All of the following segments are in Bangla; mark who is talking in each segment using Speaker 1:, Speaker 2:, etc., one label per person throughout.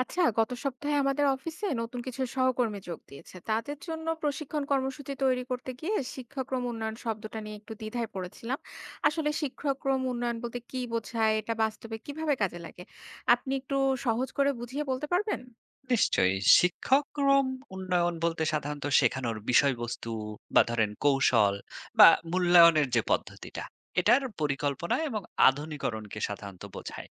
Speaker 1: আচ্ছা, গত সপ্তাহে আমাদের অফিসে নতুন কিছু সহকর্মী যোগ দিয়েছে, তাদের জন্য প্রশিক্ষণ কর্মসূচি তৈরি করতে গিয়ে শিক্ষাক্রম উন্নয়ন শব্দটা নিয়ে একটু দ্বিধায় পড়েছিলাম। আসলে শিক্ষাক্রম উন্নয়ন বলতে কি বোঝায়, এটা বাস্তবে কিভাবে কাজে লাগে? আপনি একটু সহজ করে বুঝিয়ে বলতে পারবেন?
Speaker 2: নিশ্চয়ই শিক্ষাক্রম উন্নয়ন বলতে সাধারণত শেখানোর বিষয়বস্তু বা ধরেন কৌশল বা মূল্যায়নের যে পদ্ধতিটা এটার পরিকল্পনা এবং আধুনিকরণকে সাধারণত বোঝায়।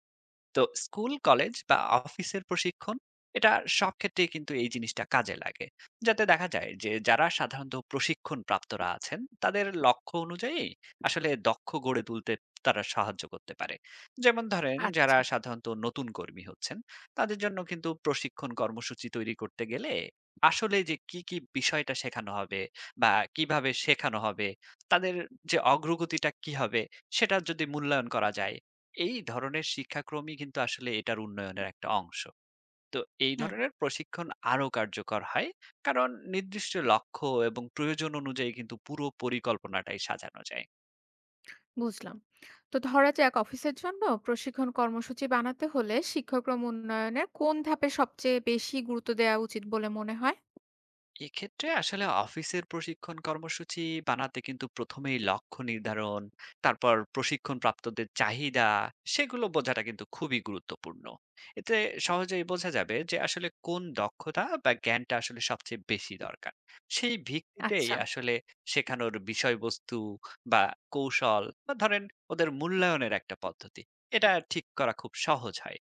Speaker 2: তো স্কুল, কলেজ বা অফিসের প্রশিক্ষণ এটা সব ক্ষেত্রেই কিন্তু এই জিনিসটা কাজে লাগে। যাতে দেখা যায় যে যারা সাধারণত প্রশিক্ষণ প্রাপ্তরা আছেন তাদের লক্ষ্য অনুযায়ী আসলে দক্ষ গড়ে তুলতে তারা সাহায্য করতে পারে। যেমন ধরেন যারা
Speaker 1: আচ্ছা।
Speaker 2: সাধারণত নতুন কর্মী হচ্ছেন তাদের জন্য কিন্তু প্রশিক্ষণ কর্মসূচি তৈরি করতে গেলে আসলে যে কি বিষয়টা শেখানো হবে বা কিভাবে শেখানো হবে, তাদের যে অগ্রগতিটা কি হবে সেটার যদি মূল্যায়ন করা যায়, এই ধরনের শিক্ষাক্রমই কিন্তু আসলে এটার উন্নয়নের একটা অংশ। তো এই
Speaker 1: হুম।
Speaker 2: ধরনের প্রশিক্ষণ আরো কার্যকর হয়। কারণ নির্দিষ্ট লক্ষ্য এবং প্রয়োজন অনুযায়ী কিন্তু পুরো পরিকল্পনাটাই সাজানো যায়।
Speaker 1: বুঝলাম। তো ধরা যাক, অফিসের জন্য প্রশিক্ষণ কর্মসূচি বানাতে হলে শিক্ষাক্রম উন্নয়নে কোন ধাপে সবচেয়ে বেশি গুরুত্ব দেওয়া উচিত বলে মনে হয়?
Speaker 2: এক্ষেত্রে আসলে অফিসের প্রশিক্ষণ কর্মসূচি বানাতে কিন্তু প্রথমেই লক্ষ্য নির্ধারণ, তারপর প্রশিক্ষণ প্রাপ্তদের চাহিদা, সেগুলো বোঝাটা কিন্তু খুবই গুরুত্বপূর্ণ। এতে সহজেই বোঝা যাবে যে আসলে কোন দক্ষতা বা জ্ঞানটা আসলে সবচেয়ে বেশি দরকার। সেই ভিত্তিতেই
Speaker 1: আচ্ছা।
Speaker 2: আসলে শেখানোর বিষয়বস্তু বা কৌশল বা ধরেন ওদের মূল্যায়নের একটা পদ্ধতি এটা ঠিক করা খুব সহজ হয়।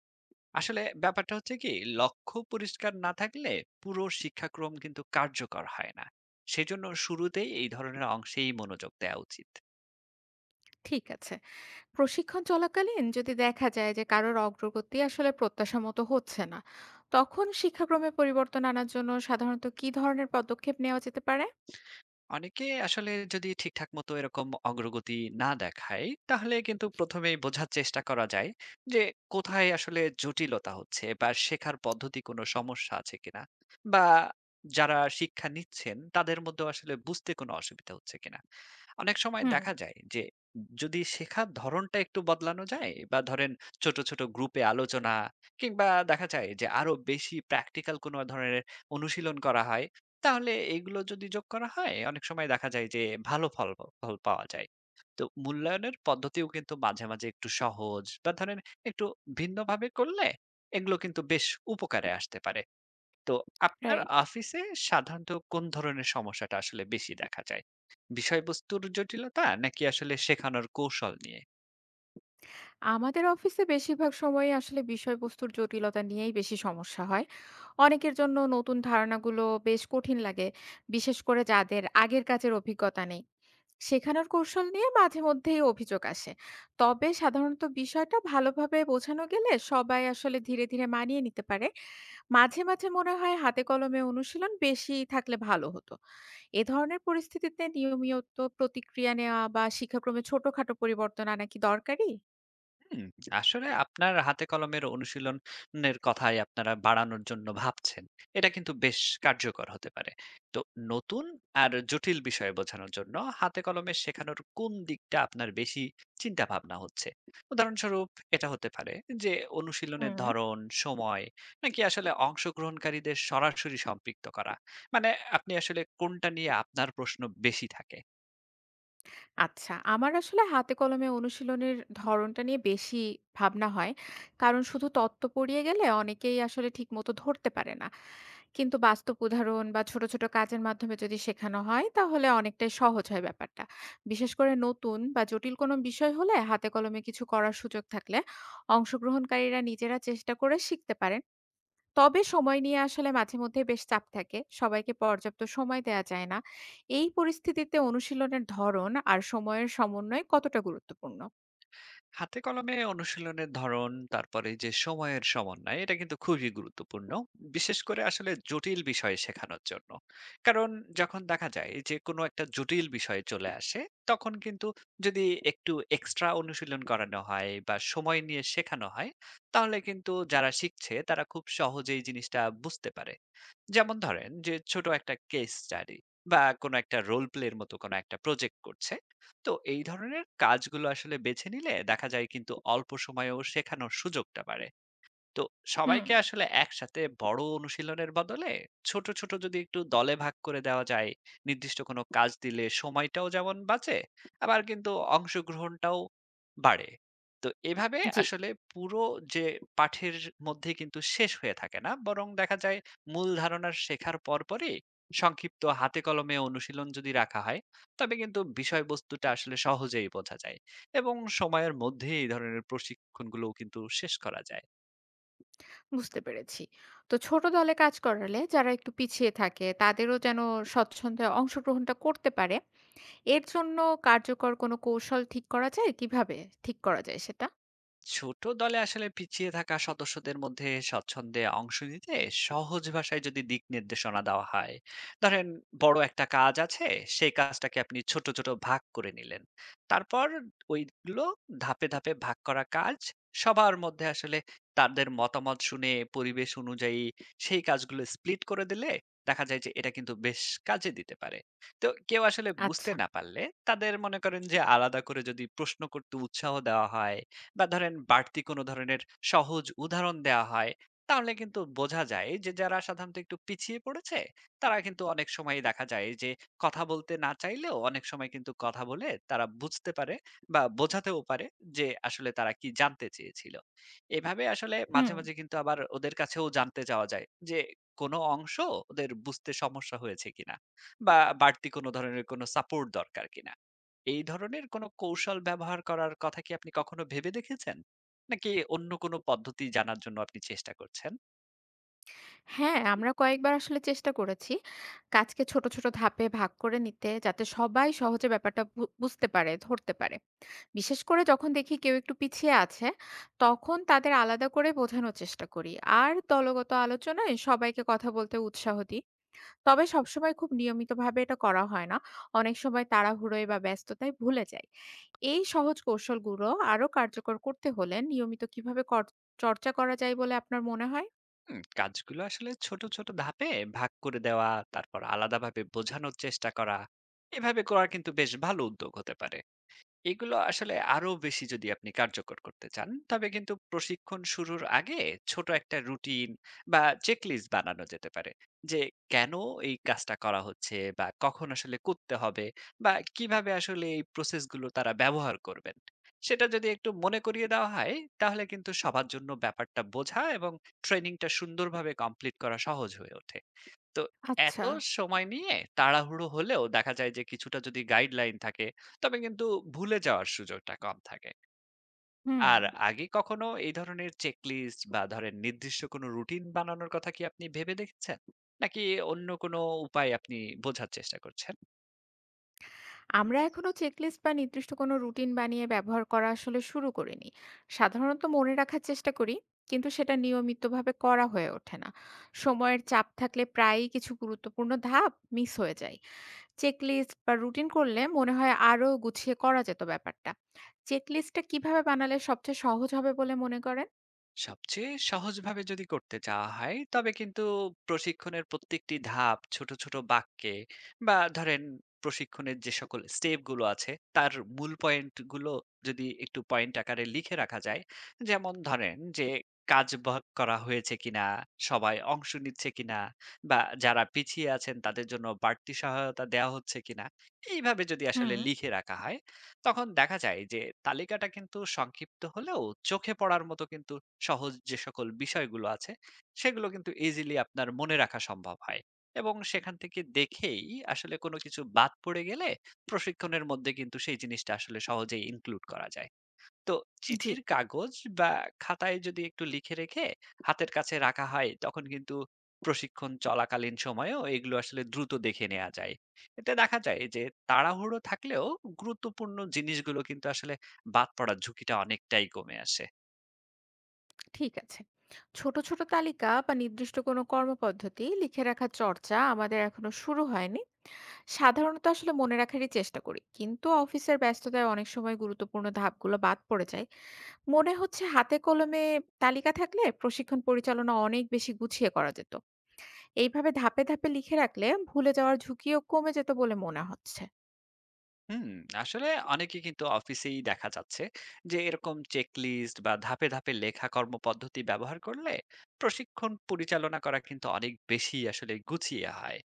Speaker 2: আসলে ব্যাপারটা হচ্ছে কি, লক্ষ্য পরিষ্কার না থাকলে পুরো শিক্ষাক্রম কিন্তু কার্যকর হয় না। সেজন্য শুরুতেই এই ধরনের অংশেই মনোযোগ দেওয়া উচিত।
Speaker 1: ঠিক আছে। প্রশিক্ষণ চলাকালীন যদি দেখা যায় যে কারোর অগ্রগতি আসলে প্রত্যাশা মতো হচ্ছে না, তখন শিক্ষাক্রমে পরিবর্তন আনার জন্য সাধারণত কি ধরনের পদক্ষেপ নেওয়া যেতে পারে?
Speaker 2: অনেকে আসলে যদি ঠিকঠাক মতো এরকম অগ্রগতি না দেখায় তাহলে কিন্তু প্রথমেই বোঝার চেষ্টা করা যায় যে কোথায় আসলে জটিলতা হচ্ছে বা শেখার পদ্ধতি কোনো সমস্যা আছে কিনা বা যারা শিক্ষা নিচ্ছেন তাদের মধ্যে আসলে বুঝতে কোনো অসুবিধা হচ্ছে কিনা। অনেক সময়
Speaker 1: হুম।
Speaker 2: দেখা যায় যে যদি শেখার ধরনটা একটু বদলানো যায় বা ধরেন ছোট ছোট গ্রুপে আলোচনা কিংবা দেখা যায় যে আরো বেশি প্র্যাকটিক্যাল কোনো ধরনের অনুশীলন করা হয়, তাহলে এগুলো যদি যোগ করা হয় অনেক সময় দেখা যায় যে ভালো ফল ফল পাওয়া যায়। তো মূল্যায়নের পদ্ধতিও কিন্তু মাঝে মাঝে একটু সহজ বা ধরেন একটু ভিন্নভাবে করলে এগুলো কিন্তু বেশ উপকারে আসতে পারে। তো আপনার
Speaker 1: রাইট।
Speaker 2: অফিসে সাধারণত কোন ধরনের সমস্যাটা আসলে বেশি দেখা যায়, বিষয়বস্তুর জটিলতা নাকি আসলে শেখানোর কৌশল নিয়ে?
Speaker 1: আমাদের অফিসে বেশিরভাগ সময়ই আসলে বিষয়বস্তুর জটিলতা নিয়েই বেশি সমস্যা হয়। অনেকের জন্য নতুন ধারণাগুলো বেশ কঠিন লাগে, বিশেষ করে যাদের আগের কাজের অভিজ্ঞতা নেই। শেখানোর কৌশল নিয়ে মাঝে মধ্যেই অভিযোগ আসে। তবে সাধারণত বিষয়টা ভালোভাবে বোঝানো গেলে সবাই আসলে ধীরে ধীরে মানিয়ে নিতে পারে। মাঝে, মাঝে মনে হয় হাতে কলমে অনুশীলন বেশি থাকলে ভালো হতো। এ ধরনের পরিস্থিতিতে নিয়মিত প্রতিক্রিয়া নেওয়া বা শিক্ষাক্রমে ছোটখাটো পরিবর্তন আনা কি দরকারি?
Speaker 2: হুম, আসলে আপনার হাতে কলমের অনুশীলনের কথাই আপনারা বাড়ানোর জন্য ভাবছেন, এটা কিন্তু বেশ কার্যকর হতে পারে। তো নতুন আর জটিল বিষয় বোঝানোর জন্য হাতে কলমে শেখানোর কোন দিকটা আপনার বেশি চিন্তা ভাবনা হচ্ছে? উদাহরণস্বরূপ এটা হতে পারে যে অনুশীলনের
Speaker 1: হুম।
Speaker 2: ধরন, সময়, নাকি আসলে অংশগ্রহণকারীদের সরাসরি সম্পৃক্ত করা, মানে আপনি আসলে কোনটা নিয়ে আপনার প্রশ্ন বেশি থাকে?
Speaker 1: আচ্ছা, আমার আসলে হাতে কলমে অনুশীলনের ধরনটা নিয়ে বেশি ভাবনা হয়। কারণ শুধু তত্ত্ব পড়িয়ে গেলে অনেকেই আসলে ঠিকমতো ধরতে পারে না। কিন্তু বাস্তব উদাহরণ বা ছোট, ছোট কাজের মাধ্যমে যদি শেখানো হয় তাহলে অনেকটাই সহজ হয় ব্যাপারটা। বিশেষ করে নতুন বা জটিল কোনো বিষয় হলে হাতে কলমে কিছু করার সুযোগ থাকলে অংশগ্রহণকারীরা নিজেরা চেষ্টা করে শিখতে পারেন। তবে সময় নিয়ে আসলে মাঝে মধ্যেই বেশ চাপ থাকে। সবাইকে পর্যাপ্ত সময় দেয়া যায় না। এই পরিস্থিতিতে অনুশীলনের ধরন আর সময়ের সমন্বয় কতটা গুরুত্বপূর্ণ?
Speaker 2: হাতে কলমে অনুশীলনের ধরন তারপরে যে সময়ের সমন্বয়, এটা কিন্তু খুবই গুরুত্বপূর্ণ, বিশেষ করে আসলে জটিল বিষয়ে শেখানোর জন্য। কারণ যখন দেখা যায় যে কোনো একটা জটিল বিষয়ে চলে আসে তখন কিন্তু যদি একটু এক্সট্রা অনুশীলন করানো হয় বা সময় নিয়ে শেখানো হয় তাহলে কিন্তু যারা শিখছে তারা খুব সহজেই জিনিসটা বুঝতে পারে। যেমন ধরেন যে ছোট একটা কেস স্টাডি বা কোনো একটা রোল প্লের মতো কোনো একটা প্রজেক্ট করছে, তো এই ধরনের কাজগুলো আসলে বেছে নিলে দেখা যায় কিন্তু অল্প সময়েও শেখানোর সুযোগটা বাড়ে। তো
Speaker 1: হুম।
Speaker 2: সবাইকে আসলে একসাথে বড় অনুশীলনের বদলে ছোট ছোট যদি একটু দলে ভাগ করে দেওয়া যায়, নির্দিষ্ট কোনো কাজ দিলে সময়টাও যেমন বাঁচে, আবার কিন্তু অংশগ্রহণটাও বাড়ে। তো এভাবে
Speaker 1: জি।
Speaker 2: আসলে পুরো যে পাঠের মধ্যে কিন্তু শেষ হয়ে থাকে না, বরং দেখা যায় মূল ধারণার শেখার পরপরই সংক্ষিপ্ত হাতে কলমে অনুশীলন যদি রাখা হয়, তবে কিন্তু বিষয়বস্তুটা আসলে সহজেই বোঝা যায় এবং সময়ের মধ্যে এই ধরনের প্রশিক্ষণগুলোও কিন্তু শেষ করা যায়।
Speaker 1: বুঝতে পেরেছি। তো ছোট দলে কাজ করালে যারা একটু পিছিয়ে থাকে তাদেরও যেন স্বচ্ছন্দে অংশগ্রহণটা করতে পারে, এর জন্য কার্যকর কোনো কৌশল ঠিক করা যায়? কিভাবে ঠিক করা যায় সেটা?
Speaker 2: ছোট দলে আসলে পিছিয়ে থাকা সদস্যদের মধ্যে স্বচ্ছন্দে অংশ নিতে সহজ ভাষায় যদি দিক নির্দেশনা দেওয়া হয়, ধরেন বড় একটা কাজ আছে, সেই কাজটাকে আপনি ছোট ছোট ভাগ করে নিলেন, তারপর ওইগুলো ধাপে ধাপে ভাগ করা কাজ সবার মধ্যে আসলে তাদের মতামত শুনে পরিবেশ অনুযায়ী সেই কাজগুলো স্প্লিট করে দিলে দেখা যায় যে এটা কিন্তু বেশ কাজে দিতে পারে। তো কেউ আসলে বুঝতে
Speaker 1: আচ্ছা।
Speaker 2: না পারলে তাদের মনে করেন যে আলাদা করে যদি প্রশ্ন করতে উৎসাহ দেওয়া হয় বা ধরেন বাড়তি কোনো ধরনের সহজ উদাহরণ দেওয়া হয় তাহলে কিন্তু বোঝা যায় যে যারা সাধারণত একটু পিছিয়ে পড়েছে তারা কিন্তু অনেক সময় দেখা যায় যে কথা বলতে না চাইলেও অনেক সময় কিন্তু কথা বলে তারা বুঝতে পারে বা বোঝাতেও পারে যে আসলে তারা কি জানতে চেয়েছিল। এভাবে আসলে মাঝে
Speaker 1: হুম।
Speaker 2: মাঝে কিন্তু আবার ওদের কাছেও জানতে যাওয়া যায় যে কোনো অংশ ওদের বুঝতে সমস্যা হয়েছে কিনা বা বাড়তি কোনো ধরনের কোনো সাপোর্ট দরকার কিনা। এই ধরনের কোনো কৌশল ব্যবহার করার কথা কি আপনি কখনো ভেবে দেখেছেন? নাকি অন্য কোনো পদ্ধতি জানার জন্য আপনি চেষ্টা করছেন?
Speaker 1: হ্যাঁ, আমরা কয়েকবার আসলে চেষ্টা করেছি কাজকে ছোট, ছোট ধাপে ভাগ করে নিতে যাতে সবাই সহজে ব্যাপারটা বুঝতে পারে, ধরতে পারে। বিশেষ করে যখন দেখি কেউ একটু পিছিয়ে আছে, তখন তাদের আলাদা করে বোঝানোর চেষ্টা করি। আর দলগত আলোচনায় সবাইকে কথা বলতে উৎসাহ দিই। তবে সবসময় খুব নিয়মিতভাবে এটা করা হয় না। অনেক সময় তাড়াহুড়োয় বা ব্যস্ততায় ভুলে যাই। এই সহজ কৌশলগুলো আরো কার্যকর করতে হলে নিয়মিত কিভাবে কর চর্চা করা যায় বলে আপনার মনে হয়?
Speaker 2: হুম, কাজগুলো আসলে ছোট ধাপে ভাগ করে দেওয়া, তারপর আলাদাভাবে বোঝানোর চেষ্টা করা, এভাবে করা কিন্তু বেশ ভালো উদ্যোগ হতে পারে। এগুলো আসলে আরো বেশি যদি আপনি কার্যকর করতে চান তবে কিন্তু প্রশিক্ষণ শুরুর আগে ছোট একটা রুটিন বা চেকলিস্ট বানানো যেতে পারে যে কেন এই কাজটা করা হচ্ছে বা কখন আসলে করতে হবে বা কিভাবে আসলে এই প্রসেসগুলো তারা ব্যবহার করবেন, সেটা যদি একটু মনে করিয়ে দেওয়া হয় তাহলে কিন্তু সবার জন্য ব্যাপারটা বোঝা এবং ট্রেনিংটা সুন্দরভাবে কমপ্লিট করা সহজ হয়ে ওঠে। তো এত
Speaker 1: আচ্ছা।
Speaker 2: সময় নিয়ে তাড়াহুড়ো হলেও দেখা যায় যে কিছুটা যদি গাইডলাইন থাকে তবে কিন্তু ভুলে যাওয়ার সুযোগটা কম থাকে।
Speaker 1: হুম।
Speaker 2: আর আগে কখনো এই ধরনের চেকলিস্ট বা ধরেন নির্দিষ্ট কোনো রুটিন বানানোর কথা কি আপনি ভেবে দেখেছেন? নাকি অন্য কোনো উপায় আপনি বোঝার চেষ্টা করছেন?
Speaker 1: আমরা এখনো চেকলিস্ট বা নির্দিষ্ট কোনো রুটিন বানিয়ে ব্যবহার করা আসলে শুরু করিনি। সাধারণত মনে রাখার চেষ্টা করি, কিন্তু সেটা নিয়মিতভাবে করা হয়ে ওঠে না। সময়ের চাপ থাকলে প্রায়ই কিছু গুরুত্বপূর্ণ ধাপ মিস হয়ে যায়। চেকলিস্ট বা রুটিন করলে মনে হয় আরো গুছিয়ে করা যেত ব্যাপারটা। চেকলিস্টটা কিভাবে বানালে সবচেয়ে সহজ হবে বলে মনে করেন?
Speaker 2: সবচেয়ে সহজভাবে যদি করতে চাওয়া হয় তবে কিন্তু প্রশিক্ষণের প্রত্যেকটি ধাপ ছোট ছোট বাক্যে বা ধরেন প্রশিক্ষণের যে সকল স্টেপ গুলো আছে তার মূল পয়েন্ট গুলো যদি একটু পয়েন্ট আকারে লিখে রাখা যায়, যেমন ধরেন যে কাজ ভাগ করা হয়েছে কিনা, সবাই অংশ নিচ্ছে কিনা, বা যারা পিছিয়ে আছেন তাদের জন্য বাড়তি সহায়তা দেওয়া হচ্ছে কিনা, এইভাবে যদি
Speaker 1: হুম।
Speaker 2: আসলে লিখে রাখা হয় তখন দেখা যায় যে তালিকাটা কিন্তু সংক্ষিপ্ত হলেও চোখে পড়ার মতো কিন্তু সহজ যে সকল বিষয়গুলো আছে সেগুলো কিন্তু ইজিলি আপনার মনে রাখা সম্ভব হয় এবং সেখান থেকে দেখেই আসলে কোনো কিছু বাদ পড়ে গেলে প্রশিক্ষণের মধ্যে কিন্তু সেই জিনিসটা আসলে সহজেই ইনক্লুড করা যায়। তো
Speaker 1: জি,
Speaker 2: চিঠির কাগজ বা খাতায় যদি একটু লিখে রেখে হাতের কাছে রাখা হয় তখন কিন্তু প্রশিক্ষণ চলাকালীন সময়েও এগুলো আসলে দ্রুত দেখে নেওয়া যায়। এতে দেখা যায় যে তাড়াহুড়ো থাকলেও গুরুত্বপূর্ণ জিনিসগুলো কিন্তু আসলে বাদ পড়ার ঝুঁকিটা অনেকটাই কমে আসে।
Speaker 1: ঠিক আছে। ছোট, ছোট তালিকা বা নির্দিষ্ট কোনো কর্মপদ্ধতি লিখে রাখার চর্চা আমাদের এখনো শুরু হয়নি। সাধারণত আসলে মনে রাখারই চেষ্টা করি। কিন্তু অফিসের ব্যস্ততায় অনেক সময় গুরুত্বপূর্ণ ধাপগুলো বাদ পড়ে যায়। মনে হচ্ছে হাতে কলমে তালিকা থাকলে প্রশিক্ষণ পরিচালনা অনেক বেশি গুছিয়ে করা যেত। এইভাবে ধাপে, ধাপে লিখে রাখলে ভুলে যাওয়ার ঝুঁকিও কমে যেত বলে মনে হচ্ছে।
Speaker 2: হুম, আসলে অনেকে কিন্তু অফিসেই দেখা যাচ্ছে যে এরকম চেক লিস্ট বা ধাপে ধাপে লেখা কর্মপদ্ধতি ব্যবহার করলে প্রশিক্ষণ পরিচালনা করা কিন্তু অনেক বেশি আসলে গুছিয়ে হয়।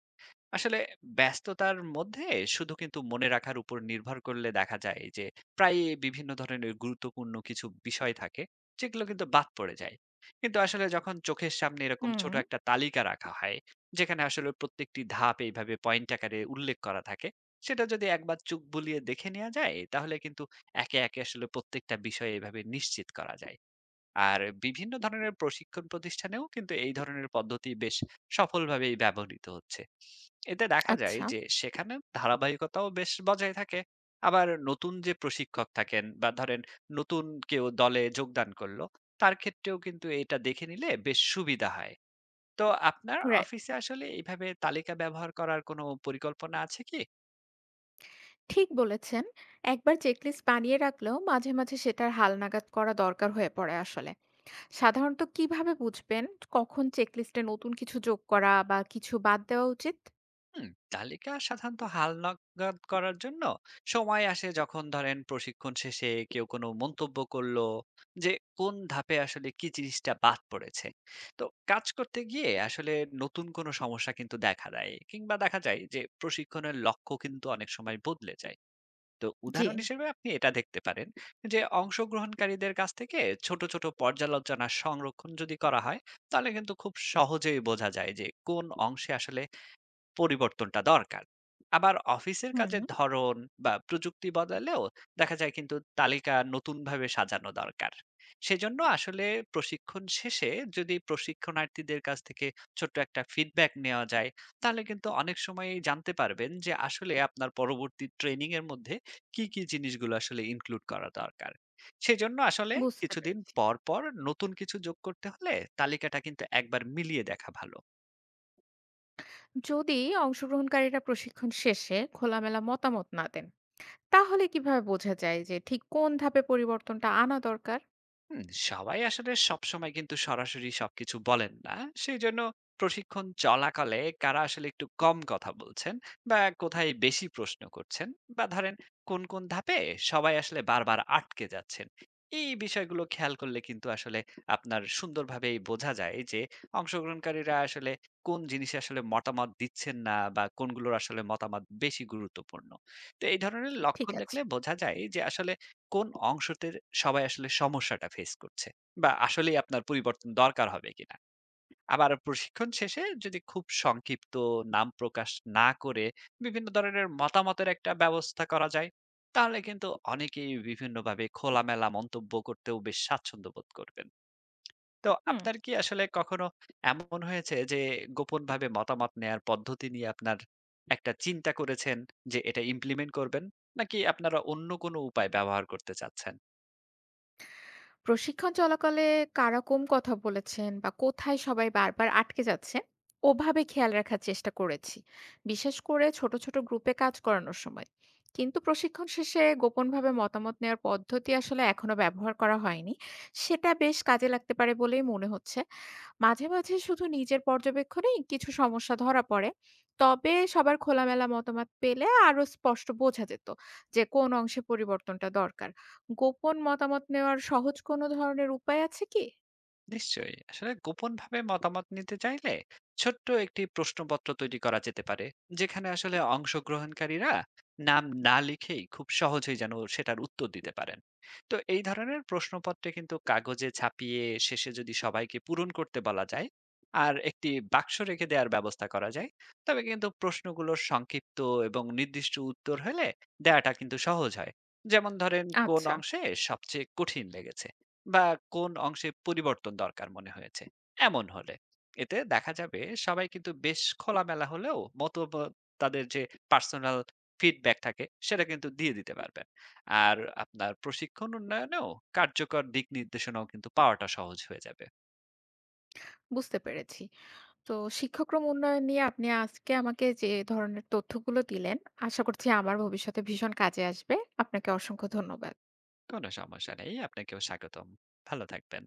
Speaker 2: আসলে ব্যস্ততার মধ্যে শুধু কিন্তু মনে রাখার উপর নির্ভর করলে দেখা যায় যে প্রায় বিভিন্ন ধরনের গুরুত্বপূর্ণ কিছু বিষয় থাকে যেগুলো কিন্তু বাদ পড়ে যায়। কিন্তু আসলে যখন চোখের সামনে এরকম
Speaker 1: হুম।
Speaker 2: ছোট একটা তালিকা রাখা হয় যেখানে আসলে প্রত্যেকটি ধাপ এইভাবে পয়েন্ট আকারে উল্লেখ করা থাকে, সেটা যদি একবার চোখ বুলিয়ে দেখে নেওয়া যায় তাহলে কিন্তু একে একে আসলে প্রত্যেকটা বিষয় এইভাবে নিশ্চিত করা যায়। আর বিভিন্ন ধরনের প্রশিক্ষণ প্রতিষ্ঠানেও কিন্তু এই ধরনের পদ্ধতি বেশ সফলভাবেই ব্যবহৃত হচ্ছে। এতে দেখা যায়
Speaker 1: আচ্ছা,
Speaker 2: যে সেখানে ধারাবাহিকতাও বেশ বজায় থাকে। আবার নতুন যে প্রশিক্ষক থাকেন বা ধরেন নতুন কেউ দলে যোগদান করলো, তার ক্ষেত্রেও কিন্তু এটা দেখে নিলে বেশ সুবিধা হয়। তো আপনার
Speaker 1: রাইট।
Speaker 2: অফিসে আসলে এইভাবে তালিকা ব্যবহার করার কোনো পরিকল্পনা আছে কি?
Speaker 1: ঠিক বলেছেন। একবার চেকলিস্ট বানিয়ে রাখলেও মাঝে, মাঝে সেটার হালনাগাদ করা দরকার হয়ে পড়ে আসলে। সাধারণত কিভাবে বুঝবেন কখন চেকলিস্টে নতুন কিছু যোগ করা বা কিছু বাদ দেওয়া উচিত?
Speaker 2: হুম, তালিকা সাধারণত হালনাগাদ করার জন্য সময় আসে যখন ধরেন প্রশিক্ষণ শেষে কেউ কোনো মন্তব্য করলো যে কোন ধাপে আসলে কি জিনিসটা বাদ পড়েছে। তো কাজ করতে গিয়ে আসলে নতুন কোনো সমস্যা কিন্তু দেখা দেয় কিংবা দেখা যায় যে প্রশিক্ষণের লক্ষ্য কিন্তু অনেক সময় বদলে যায়। তো
Speaker 1: জি,
Speaker 2: উদাহরণ হিসেবে আপনি এটা দেখতে পারেন যে অংশগ্রহণকারীদের কাছ থেকে ছোট ছোট পর্যালোচনা সংরক্ষণ যদি করা হয় তাহলে কিন্তু খুব সহজেই বোঝা যায় যে কোন অংশে আসলে পরিবর্তনটা দরকার। আবার অফিসের
Speaker 1: হুম।
Speaker 2: কাজের ধরন বা প্রযুক্তি বদলালেও দেখা যায় কিন্তু তালিকা নতুনভাবে সাজানো দরকার। সেজন্য আসলে প্রশিক্ষণ শেষে যদি প্রশিক্ষণার্থীদের কাছ থেকে ছোট্ট একটা ফিডব্যাক নেওয়া যায়, তাহলে কিন্তু অনেক সময়ই জানতে পারবেন যে আসলে আপনার পরবর্তী ট্রেনিং এর মধ্যে কি জিনিসগুলো আসলে ইনক্লুড করা দরকার। সেজন্য আসলে
Speaker 1: বুঝতে
Speaker 2: কিছুদিন
Speaker 1: পেরেছি।
Speaker 2: পর, পর নতুন কিছু যোগ করতে হলে তালিকাটা কিন্তু একবার মিলিয়ে দেখা ভালো।
Speaker 1: যদি অংশগ্রহণকারীরা প্রশিক্ষণ শেষে খোলামেলা মতামত না দেন, তাহলে কিভাবে বোঝা যায় যে ঠিক কোন ধাপে পরিবর্তনটা আনা দরকার?
Speaker 2: হুম, সবাই আসলে সবসময় কিন্তু সরাসরি সবকিছু বলেন না। সেই জন্য প্রশিক্ষণ চলাকালে কারা আসলে একটু কম কথা বলছেন বা কোথায় বেশি প্রশ্ন করছেন বা ধরেন কোন কোন ধাপে সবাই আসলে বারবার আটকে যাচ্ছেন, এই বিষয়গুলো খেয়াল করলে কিন্তু আসলে আপনার সুন্দরভাবেই বোঝা যায় যে অংশগ্রহণকারীরা আসলে কোন জিনিসে আসলে মতামত দিচ্ছেন না বা কোনগুলোর আসলে মতামত বেশি গুরুত্বপূর্ণ। তো এই ধরনের
Speaker 1: ঠিক
Speaker 2: লক্ষণ দেখলে
Speaker 1: আছে।
Speaker 2: বোঝা যায় যে আসলে কোন অংশতে সবাই আসলে সমস্যাটা ফেস করছে, বা আসলেই আপনার পরিবর্তন দরকার হবে কিনা। আবার প্রশিক্ষণ শেষে যদি খুব সংক্ষিপ্ত নাম প্রকাশ না করে বিভিন্ন ধরনের মতামতের একটা ব্যবস্থা করা যায়, তাহলে কিন্তু অনেকেই বিভিন্নভাবে খোলামেলা মন্তব্য করতেও বেশ স্বাচ্ছন্দ্য বোধ করবেন। তো
Speaker 1: হুম।
Speaker 2: আপনার কি আসলে কখনো এমন হয়েছে যে গোপনভাবে মতামত নেয়ার পদ্ধতি নিয়ে আপনার একটা চিন্তা করেছেন যে এটা ইমপ্লিমেন্ট করবেন? নাকি আপনারা অন্য কোনো উপায় ব্যবহার করতে চাচ্ছেন?
Speaker 1: প্রশিক্ষণ চলাকালে কারা কম কথা বলেছেন বা কোথায় সবাই বারবার আটকে যাচ্ছে, ওভাবে খেয়াল রাখার চেষ্টা করেছি, বিশেষ করে ছোট ছোট গ্রুপে কাজ করানোর সময়। কিন্তু প্রশিক্ষণ শেষে গোপনভাবে মতামত নেওয়ার পদ্ধতি আসলে এখনো ব্যবহার করা হয়নি। সেটা বেশ কাজে লাগতে পারে বলেই মনে হচ্ছে। মাঝে মাঝে শুধু নিজের পর্যবেক্ষণেই কিছু সমস্যা ধরা পড়ে, তবে সবার খোলামেলা মতামত পেলে আরো স্পষ্ট বোঝা যেত যে কোন অংশে পরিবর্তনটা দরকার। গোপন মতামত নেওয়ার সহজ কোনো ধরনের উপায় আছে কি?
Speaker 2: নিশ্চয়ই। আসলে গোপনভাবে মতামত নিতে চাইলে ছোট্ট একটি প্রশ্নপত্র তৈরি করা যেতে পারে, যেখানে আসলে অংশগ্রহণকারীরা নাম না লিখেই খুব সহজেই যেন সেটার উত্তর দিতে পারেন। তো এই ধরনের প্রশ্নপত্রে কিন্তু কাগজে ছাপিয়ে শেষে যদি সবাইকে পূরণ করতে বলা যায় আর একটি বাক্স রেখে দেওয়ার ব্যবস্থা করা যায়, তবে কিন্তু প্রশ্নগুলোর সংক্ষিপ্ত এবং নির্দিষ্ট উত্তর হলে দেয়াটা কিন্তু সহজ হয়। যেমন ধরেন কোন
Speaker 1: আচ্ছা,
Speaker 2: অংশে সবচেয়ে কঠিন লেগেছে, বা কোন অংশে পরিবর্তন দরকার মনে হয়েছে, এমন হলে এতে দেখা যাবে সবাই কিন্তু বেশ খোলামেলা হলেও মত, তাদের যে পার্সোনাল ফিডব্যাক থাকে সেটা কিন্তু দিয়ে দিতে পারবেন। আর আপনার প্রশিক্ষণ উন্নয়নেও কার্যকর দিক নির্দেশনাও কিন্তু পাওয়াটা সহজ হয়ে যাবে।
Speaker 1: বুঝতে পেরেছি। তো শিক্ষাক্রম উন্নয়ন নিয়ে আপনি আজকে আমাকে যে ধরনের তথ্যগুলো দিলেন, আশা করছি আমার ভবিষ্যতে ভীষণ কাজে আসবে। আপনাকে অসংখ্য ধন্যবাদ।
Speaker 2: কোনো সমস্যা নেই, আপনাকেও স্বাগতম। ভালো থাকবেন।